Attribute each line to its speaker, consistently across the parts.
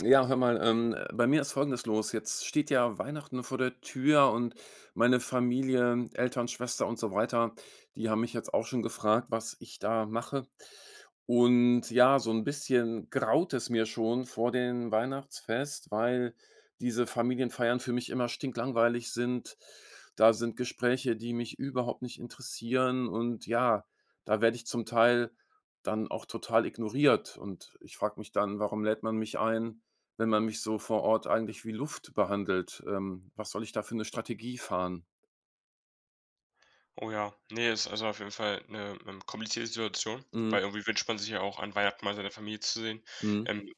Speaker 1: Ja, hör mal, bei mir ist Folgendes los. Jetzt steht ja Weihnachten vor der Tür und meine Familie, Eltern, Schwester und so weiter, die haben mich jetzt auch schon gefragt, was ich da mache. Und ja, so ein bisschen graut es mir schon vor dem Weihnachtsfest, weil diese Familienfeiern für mich immer stinklangweilig sind. Da sind Gespräche, die mich überhaupt nicht interessieren. Und ja, da werde ich zum Teil dann auch total ignoriert. Und ich frage mich dann, warum lädt man mich ein, wenn man mich so vor Ort eigentlich wie Luft behandelt. Was soll ich da für 'ne Strategie fahren?
Speaker 2: Oh ja, nee, ist also auf jeden Fall eine komplizierte Situation,
Speaker 1: Mhm,
Speaker 2: weil irgendwie wünscht man sich ja auch, an Weihnachten mal seine Familie zu sehen.
Speaker 1: mhm.
Speaker 2: Ähm,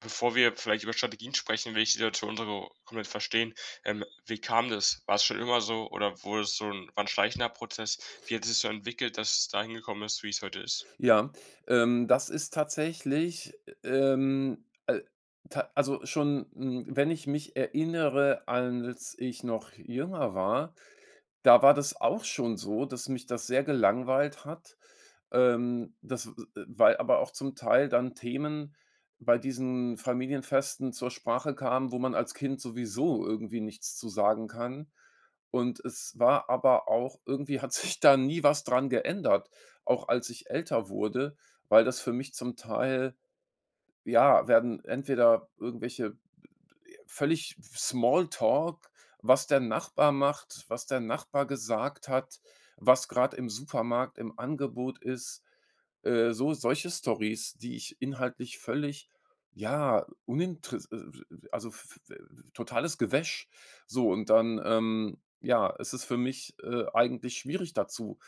Speaker 2: Bevor wir vielleicht über Strategien sprechen, will ich die Situation so komplett verstehen. Wie kam das? War es schon immer so oder wurde es so ein war 'n schleichender Prozess? Wie hat es sich so entwickelt, dass es dahin gekommen ist, wie es heute ist?
Speaker 1: Ja, das ist tatsächlich, ta also schon, wenn ich mich erinnere, als ich noch jünger war. Da war das auch schon so, dass mich das sehr gelangweilt hat. Das Weil aber auch zum Teil dann Themen bei diesen Familienfesten zur Sprache kamen, wo man als Kind sowieso irgendwie nichts zu sagen kann. Und es war aber auch irgendwie hat sich da nie was dran geändert, auch als ich älter wurde, weil das für mich zum Teil, ja, werden entweder irgendwelche völlig Smalltalk, was der Nachbar macht, was der Nachbar gesagt hat, was gerade im Supermarkt im Angebot ist. So solche Stories, die ich inhaltlich völlig, ja, uninteres also f f totales Gewäsch. So und dann, ja, es ist für mich, eigentlich schwierig, dazu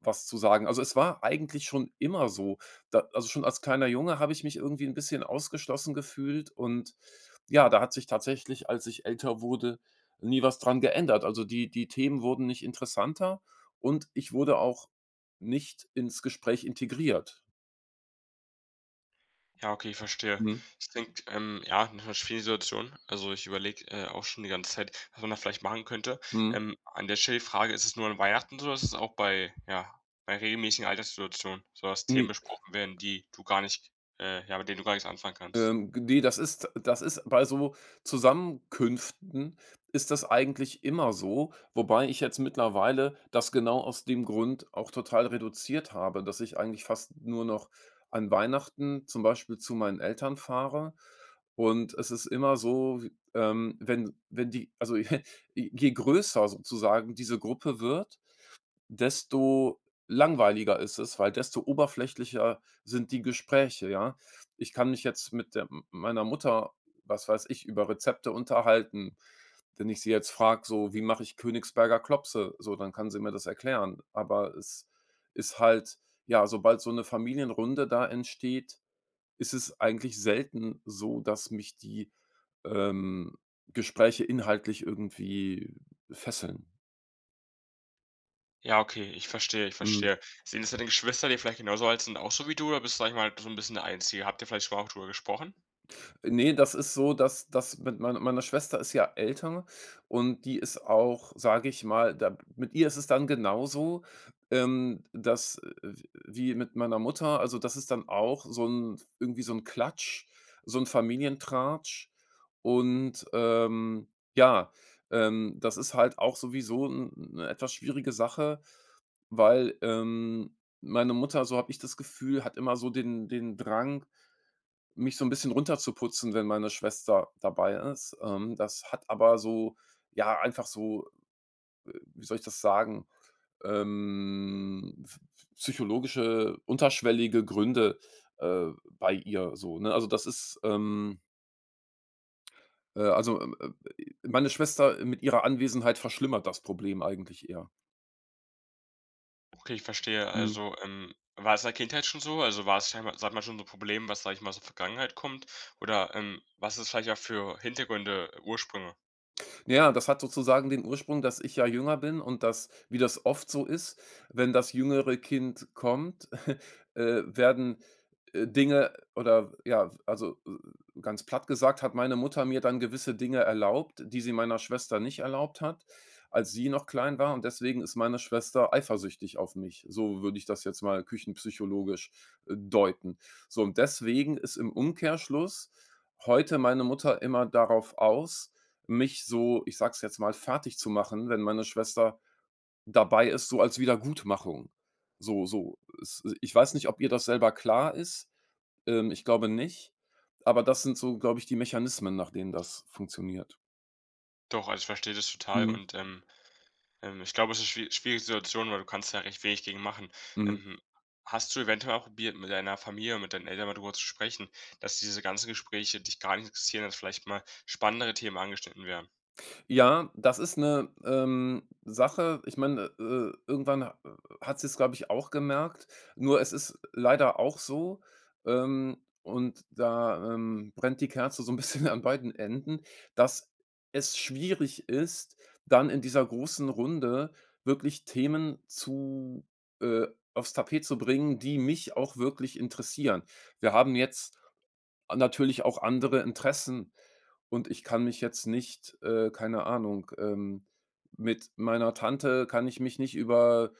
Speaker 1: was zu sagen. Also, es war eigentlich schon immer so. Da also, schon als kleiner Junge habe ich mich irgendwie ein bisschen ausgeschlossen gefühlt, und ja, da hat sich tatsächlich, als ich älter wurde, nie was dran geändert. Also, die Themen wurden nicht interessanter und ich wurde auch nicht ins Gespräch integriert.
Speaker 2: Ja, okay, ich verstehe.
Speaker 1: Mhm,
Speaker 2: Es klingt, ja, 'ne schwierige Situation. Also, ich überlege, auch schon die ganze Zeit, was man da vielleicht machen könnte.
Speaker 1: mhm.
Speaker 2: An der Stelle die Frage, ist es nur an Weihnachten so oder ist es auch bei ja, bei regelmäßigen Alltagssituationen, so dass
Speaker 1: Ne.
Speaker 2: Themen besprochen werden, die du gar nicht, ja, mit denen du gar nichts anfangen kannst?
Speaker 1: G ne, das ist Bei so Zusammenkünften ist das eigentlich immer so, wobei ich jetzt mittlerweile das genau aus dem Grund auch total reduziert habe, dass ich eigentlich fast nur noch an Weihnachten zum Beispiel zu meinen Eltern fahre. Und es ist immer so, w wenn die also je größer sozusagen diese Gruppe wird, desto langweiliger ist es, weil desto oberflächlicher sind die Gespräche, ja? Ich kann mich jetzt mit der meiner Mutter, was weiß ich, über Rezepte unterhalten. Wenn ich sie jetzt frage, so: „Wie mache ich Königsberger Klopse?" So, dann kann sie mir das erklären. Aber es ist halt, ja, sobald so eine Familienrunde da entsteht, ist es eigentlich selten so, dass mich die, ähm, Gespräche inhaltlich irgendwie fesseln.
Speaker 2: Ja, okay, ich verstehe, ich
Speaker 1: Mhm.
Speaker 2: verstehe. Sind es deine Geschwister, die vielleicht genauso alt sind, auch so wie du oder bist du, sage ich mal, so ein bisschen der Einzige? Habt ihr vielleicht schon mal auch drüber gesprochen?
Speaker 1: Ne, das ist so, dass das mit meiner meine Schwester ist ja älter, und die ist auch, sage ich mal, da mit ihr ist es dann genauso, dass w wie mit meiner Mutter, also, das ist dann auch so ein irgendwie so ein Klatsch, so ein Familientratsch, und, ja, das ist halt auch sowieso 'n 'ne etwas schwierige Sache, weil, meine Mutter, so habe ich das Gefühl, hat immer so den Drang, mich so ein bisschen runterzuputzen, wenn meine Schwester dabei ist. Das hat aber so, ja, einfach so, wie soll ich das sagen, ähm, psychologische, unterschwellige Gründe äh, bei ihr so, ne? Äh also, ähm, äh, Meine Schwester mit ihrer Anwesenheit verschlimmert das Problem eigentlich eher.
Speaker 2: Okay, ich verstehe.
Speaker 1: Mhm.
Speaker 2: Also, war es in der Kindheit schon so? Also war es, sag mal, schon so ein Problem, was, sage ich mal, aus der Vergangenheit kommt? Oder, was ist vielleicht auch für Hintergründe, Ursprünge?
Speaker 1: Ja, das hat sozusagen den Ursprung, dass ich ja jünger bin und dass, wie das oft so ist, wenn das jüngere Kind kommt, werden, Dinge oder ja, also, ganz platt gesagt, hat meine Mutter mir dann gewisse Dinge erlaubt, die sie meiner Schwester nicht erlaubt hat, als sie noch klein war. Und deswegen ist meine Schwester eifersüchtig auf mich. So würde ich das jetzt mal küchenpsychologisch deuten. So, und deswegen ist im Umkehrschluss heute meine Mutter immer darauf aus, mich, so ich sag's jetzt mal, fertig zu machen, wenn meine Schwester dabei ist, so als Wiedergutmachung. So so, es ich weiß nicht, ob ihr das selber klar ist, ich glaube nicht, aber das sind so, glaube ich, die Mechanismen, nach denen das funktioniert.
Speaker 2: Doch, also ich verstehe das total
Speaker 1: Mhm,
Speaker 2: und, ich glaube, es ist eine schwierige Situation, weil du kannst da recht wenig gegen machen.
Speaker 1: mhm.
Speaker 2: Ähm, Hast du eventuell auch probiert, mit deiner Familie, mit deinen Eltern mal darüber zu sprechen, dass diese ganzen Gespräche dich gar nicht interessieren, dass vielleicht mal spannendere Themen angeschnitten werden?
Speaker 1: Ja, das ist eine Sache. Ich meine, irgendwann ha hat sie es, glaube ich, auch gemerkt. Nur es ist leider auch so, und da, brennt die Kerze so ein bisschen an beiden Enden, dass es schwierig ist, dann in dieser großen Runde wirklich Themen zu äh, aufs Tapet zu bringen, die mich auch wirklich interessieren. Wir haben jetzt natürlich auch andere Interessen, und ich kann mich jetzt nicht, keine Ahnung, mit meiner Tante kann ich mich nicht über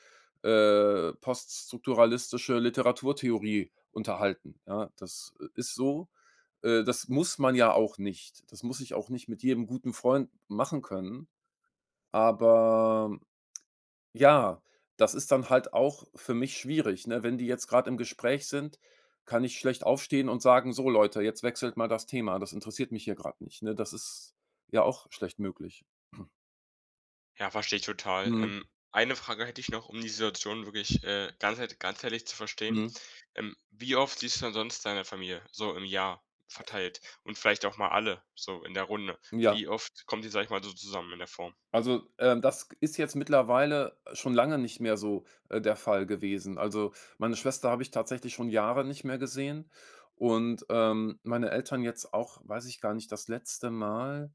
Speaker 1: poststrukturalistische Literaturtheorie unterhalten, ja? Das ist so. Das muss man ja auch nicht. Das muss ich auch nicht mit jedem guten Freund machen können, aber ja, das ist dann halt auch für mich schwierig, ne? Wenn die jetzt gerade im Gespräch sind, kann ich schlecht aufstehen und sagen: „So Leute, jetzt wechselt mal das Thema. Das interessiert mich hier gerade nicht", ne? Das ist ja auch schlecht möglich.
Speaker 2: Ja, verstehe ich total.
Speaker 1: Mhm,
Speaker 2: Eine Frage hätte ich noch, um die Situation wirklich, ganzheitlich zu verstehen.
Speaker 1: mhm.
Speaker 2: Wie oft siehst du denn sonst deine Familie so im Jahr verteilt und vielleicht auch mal alle so in der Runde?
Speaker 1: Ja,
Speaker 2: Wie oft kommt ihr, sag ich mal, so zusammen in der Form?
Speaker 1: also, das ist jetzt mittlerweile schon lange nicht mehr so der Fall gewesen. Also, meine Schwester habe ich tatsächlich schon Jahre nicht mehr gesehen, und meine Eltern jetzt auch, weiß ich gar nicht, das letzte Mal.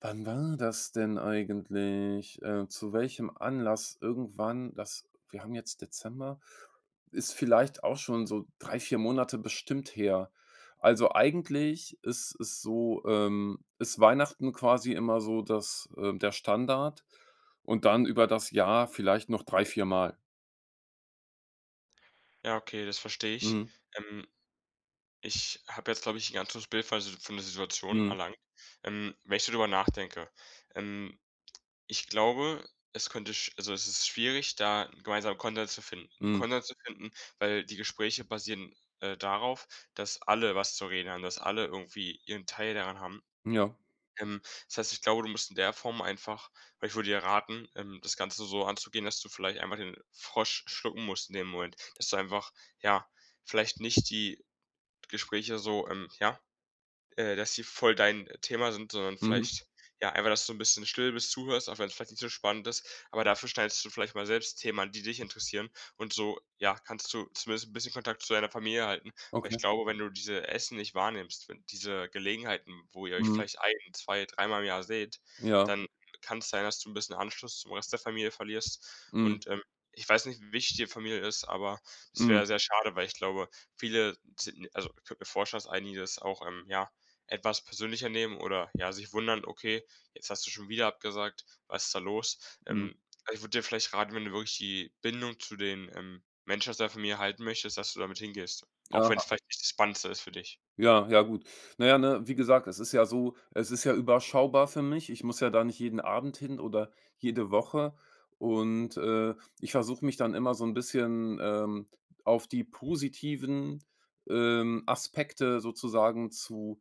Speaker 1: Wann war das denn eigentlich? Zu welchem Anlass irgendwann das. Wir haben jetzt Dezember, ist vielleicht auch schon so 3 4 Monate bestimmt her. Also, eigentlich ist es so, ist Weihnachten quasi immer so das der Standard, und dann über das Jahr vielleicht noch 3 4 Mal.
Speaker 2: Ja, okay, das verstehe ich.
Speaker 1: Mhm,
Speaker 2: Ähm, ich habe jetzt, glaube ich, 'n ganz gutes Bild von der Si von der Situation
Speaker 1: mhm,
Speaker 2: erlangt, wenn ich so drüber nachdenke. Ähm, ich glaube, es könnte sch also, es ist schwierig, da 'n
Speaker 1: mhm,
Speaker 2: Konsens zu finden, weil die Gespräche basieren, darauf, dass alle was zu reden haben, dass alle irgendwie ihren Teil daran haben.
Speaker 1: ja,
Speaker 2: Ähm, das heißt, ich glaube, du musst in der Form einfach weil ich würde dir raten, das Ganze so anzugehen, dass du vielleicht einfach den Frosch schlucken musst in dem Moment, dass du einfach, ja, vielleicht nicht die Gespräche so, dass sie voll dein Thema sind, sondern
Speaker 1: mhm,
Speaker 2: vielleicht, ja, einfach, dass du so ein bisschen still bist, zuhörst, auch wenn es vielleicht nicht so spannend ist, aber dafür schneidest du vielleicht mal selbst Themen an, die dich interessieren und so, ja, kannst du zumindest ein bisschen Kontakt zu deiner Familie halten. Weil
Speaker 1: okay,
Speaker 2: ich glaube, wenn du diese Essen nicht wahrnimmst, wenn diese Gelegenheiten, wo ihr euch
Speaker 1: mhm,
Speaker 2: vielleicht ein zwei dreimal im Jahr seht,
Speaker 1: ja,
Speaker 2: dann kann es sein, dass du ein bisschen Anschluss zum Rest der Familie verlierst
Speaker 1: mhm,
Speaker 2: und, ich weiß nicht, wie wichtig dir Familie ist, aber es
Speaker 1: mhm,
Speaker 2: wäre sehr schade, weil ich glaube, viele sind also, ich könnte mir vorstellen, dass einige das auch, ja, etwas persönlicher nehmen oder, ja, sich wundern: „Okay, jetzt hast du schon wieder abgesagt. Was ist da los?“
Speaker 1: mhm,
Speaker 2: Ähm, also, ich würde dir vielleicht raten, wenn du wirklich die Bindung zu den, Menschen aus deiner Familie halten möchtest, dass du damit hingehst, auch wenn es
Speaker 1: aha.
Speaker 2: vielleicht nicht das Spannendste ist für dich.
Speaker 1: Ja, ja gut. Na ja, ne, wie gesagt, es ist ja überschaubar für mich. Ich muss ja da nicht jeden Abend hin oder jede Woche, und ich versuche mich dann immer so ein bisschen, auf die positiven, Aspekte sozusagen zu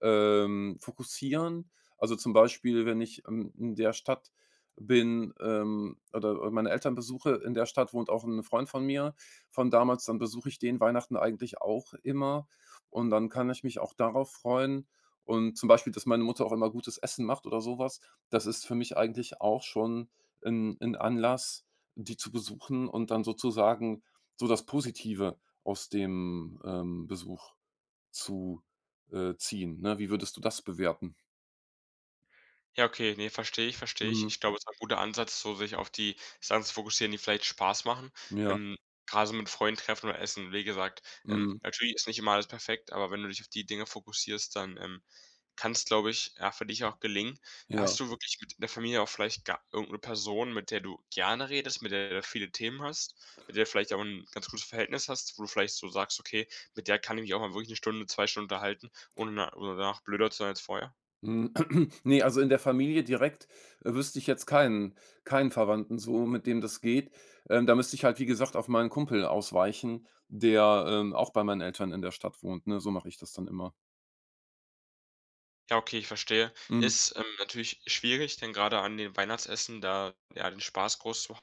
Speaker 1: fokussieren. Also, zum Beispiel, wenn ich, in der Stadt bin, oder meine Eltern besuche, in der Stadt wohnt auch ein Freund von mir von damals, dann besuche ich den Weihnachten eigentlich auch immer. Und dann kann ich mich auch darauf freuen, und zum Beispiel, dass meine Mutter auch immer gutes Essen macht oder sowas, das ist für mich eigentlich auch schon ein 'n Anlass, die zu besuchen und dann sozusagen so das Positive aus dem Besuch zu ziehen, ne? Wie würdest du das bewerten?
Speaker 2: Ja, okay, ne, verstehe ich.
Speaker 1: Mhm.
Speaker 2: Ich glaube, es ist ein guter Ansatz, so sich auf die Sachen zu fokussieren, die vielleicht Spaß machen.
Speaker 1: Ja.
Speaker 2: Ähm, Grade so mit Freunden treffen oder essen, wie gesagt,
Speaker 1: Mhm.
Speaker 2: natürlich ist nicht immer alles perfekt, aber wenn du dich auf die Dinge fokussierst, dann, kann es glaube ich, ja, für dich auch gelingen. Hast
Speaker 1: Ja.
Speaker 2: du wirklich mit der Familie auch vielleicht ga irgend 'ne Person, mit der du gerne redest, mit der du viele Themen hast, mit der du vielleicht auch ein ganz gutes Verhältnis hast, wo du vielleicht so sagst: „Okay, mit der kann ich mich auch mal wirklich eine Stunde, 2 Stunden unterhalten, ohne na oder danach blöder zu sein als vorher?“
Speaker 1: Hm, ne, also in der Familie direkt wüsste ich jetzt keinen Verwandten so, mit dem das geht. Da müsste ich halt, wie gesagt, auf meinen Kumpel ausweichen, der auch bei meinen Eltern in der Stadt wohnt, ne? So mache ich das dann immer.
Speaker 2: Ja, okay, ich verstehe.
Speaker 1: Mhm,
Speaker 2: Ist, natürlich schwierig, denn gerade an den Weihnachtsessen da, ja, den Spaß groß zu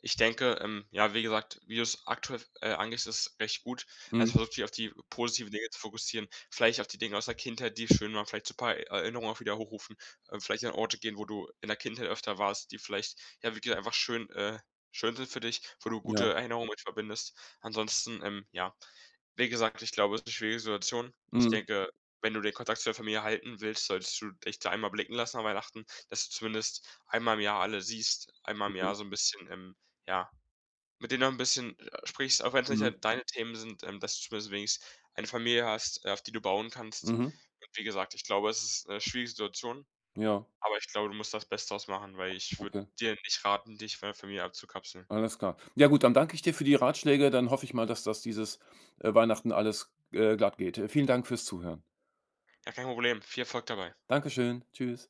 Speaker 2: ich denke, ja, wie gesagt, wie du's aktuell, angehst, ist recht gut.
Speaker 1: mhm,
Speaker 2: Also, versuch dich auf die positiven Dinge zu fokussieren, vielleicht auf die Dinge aus der Kindheit, die schön waren, vielleicht so ein paar Erinnerungen auch wieder hochrufen, vielleicht an Orte gehen, wo du in der Kindheit öfter warst, die vielleicht, ja, schön sind für dich, wo du
Speaker 1: ja,
Speaker 2: gute Erinnerungen mit verbindest. Ansonsten, ja, wie gesagt, ich glaube, es ist 'ne schwierige Situation. Ich
Speaker 1: mhm,
Speaker 2: denke, wenn du den Kontakt zu der Familie halten willst, solltest du dich da einmal blicken lassen an Weihnachten, dass du zumindest einmal im Jahr alle siehst, einmal im
Speaker 1: okay,
Speaker 2: Jahr so ein bisschen, ja, mit denen du ein bisschen, sprichst, auch wenn es nicht
Speaker 1: mhm,
Speaker 2: halt deine Themen sind, dass du zumindest wenigstens eine Familie hast, auf die du bauen kannst.
Speaker 1: mhm,
Speaker 2: Und wie gesagt, ich glaube, es ist 'ne schwierige Situation,
Speaker 1: ja,
Speaker 2: aber ich glaube, du musst das Beste draus machen, weil ich würde
Speaker 1: okay,
Speaker 2: dir nicht raten, dich von der Familie abzukapseln.
Speaker 1: alles klar. Ja gut, dann danke ich dir für die Ratschläge, dann hoffe ich mal, dass das dieses Weihnachten alles glatt geht. Vielen Dank fürs Zuhören.
Speaker 2: Ja, kein Problem. Viel Erfolg dabei.
Speaker 1: Dankeschön. Tschüss.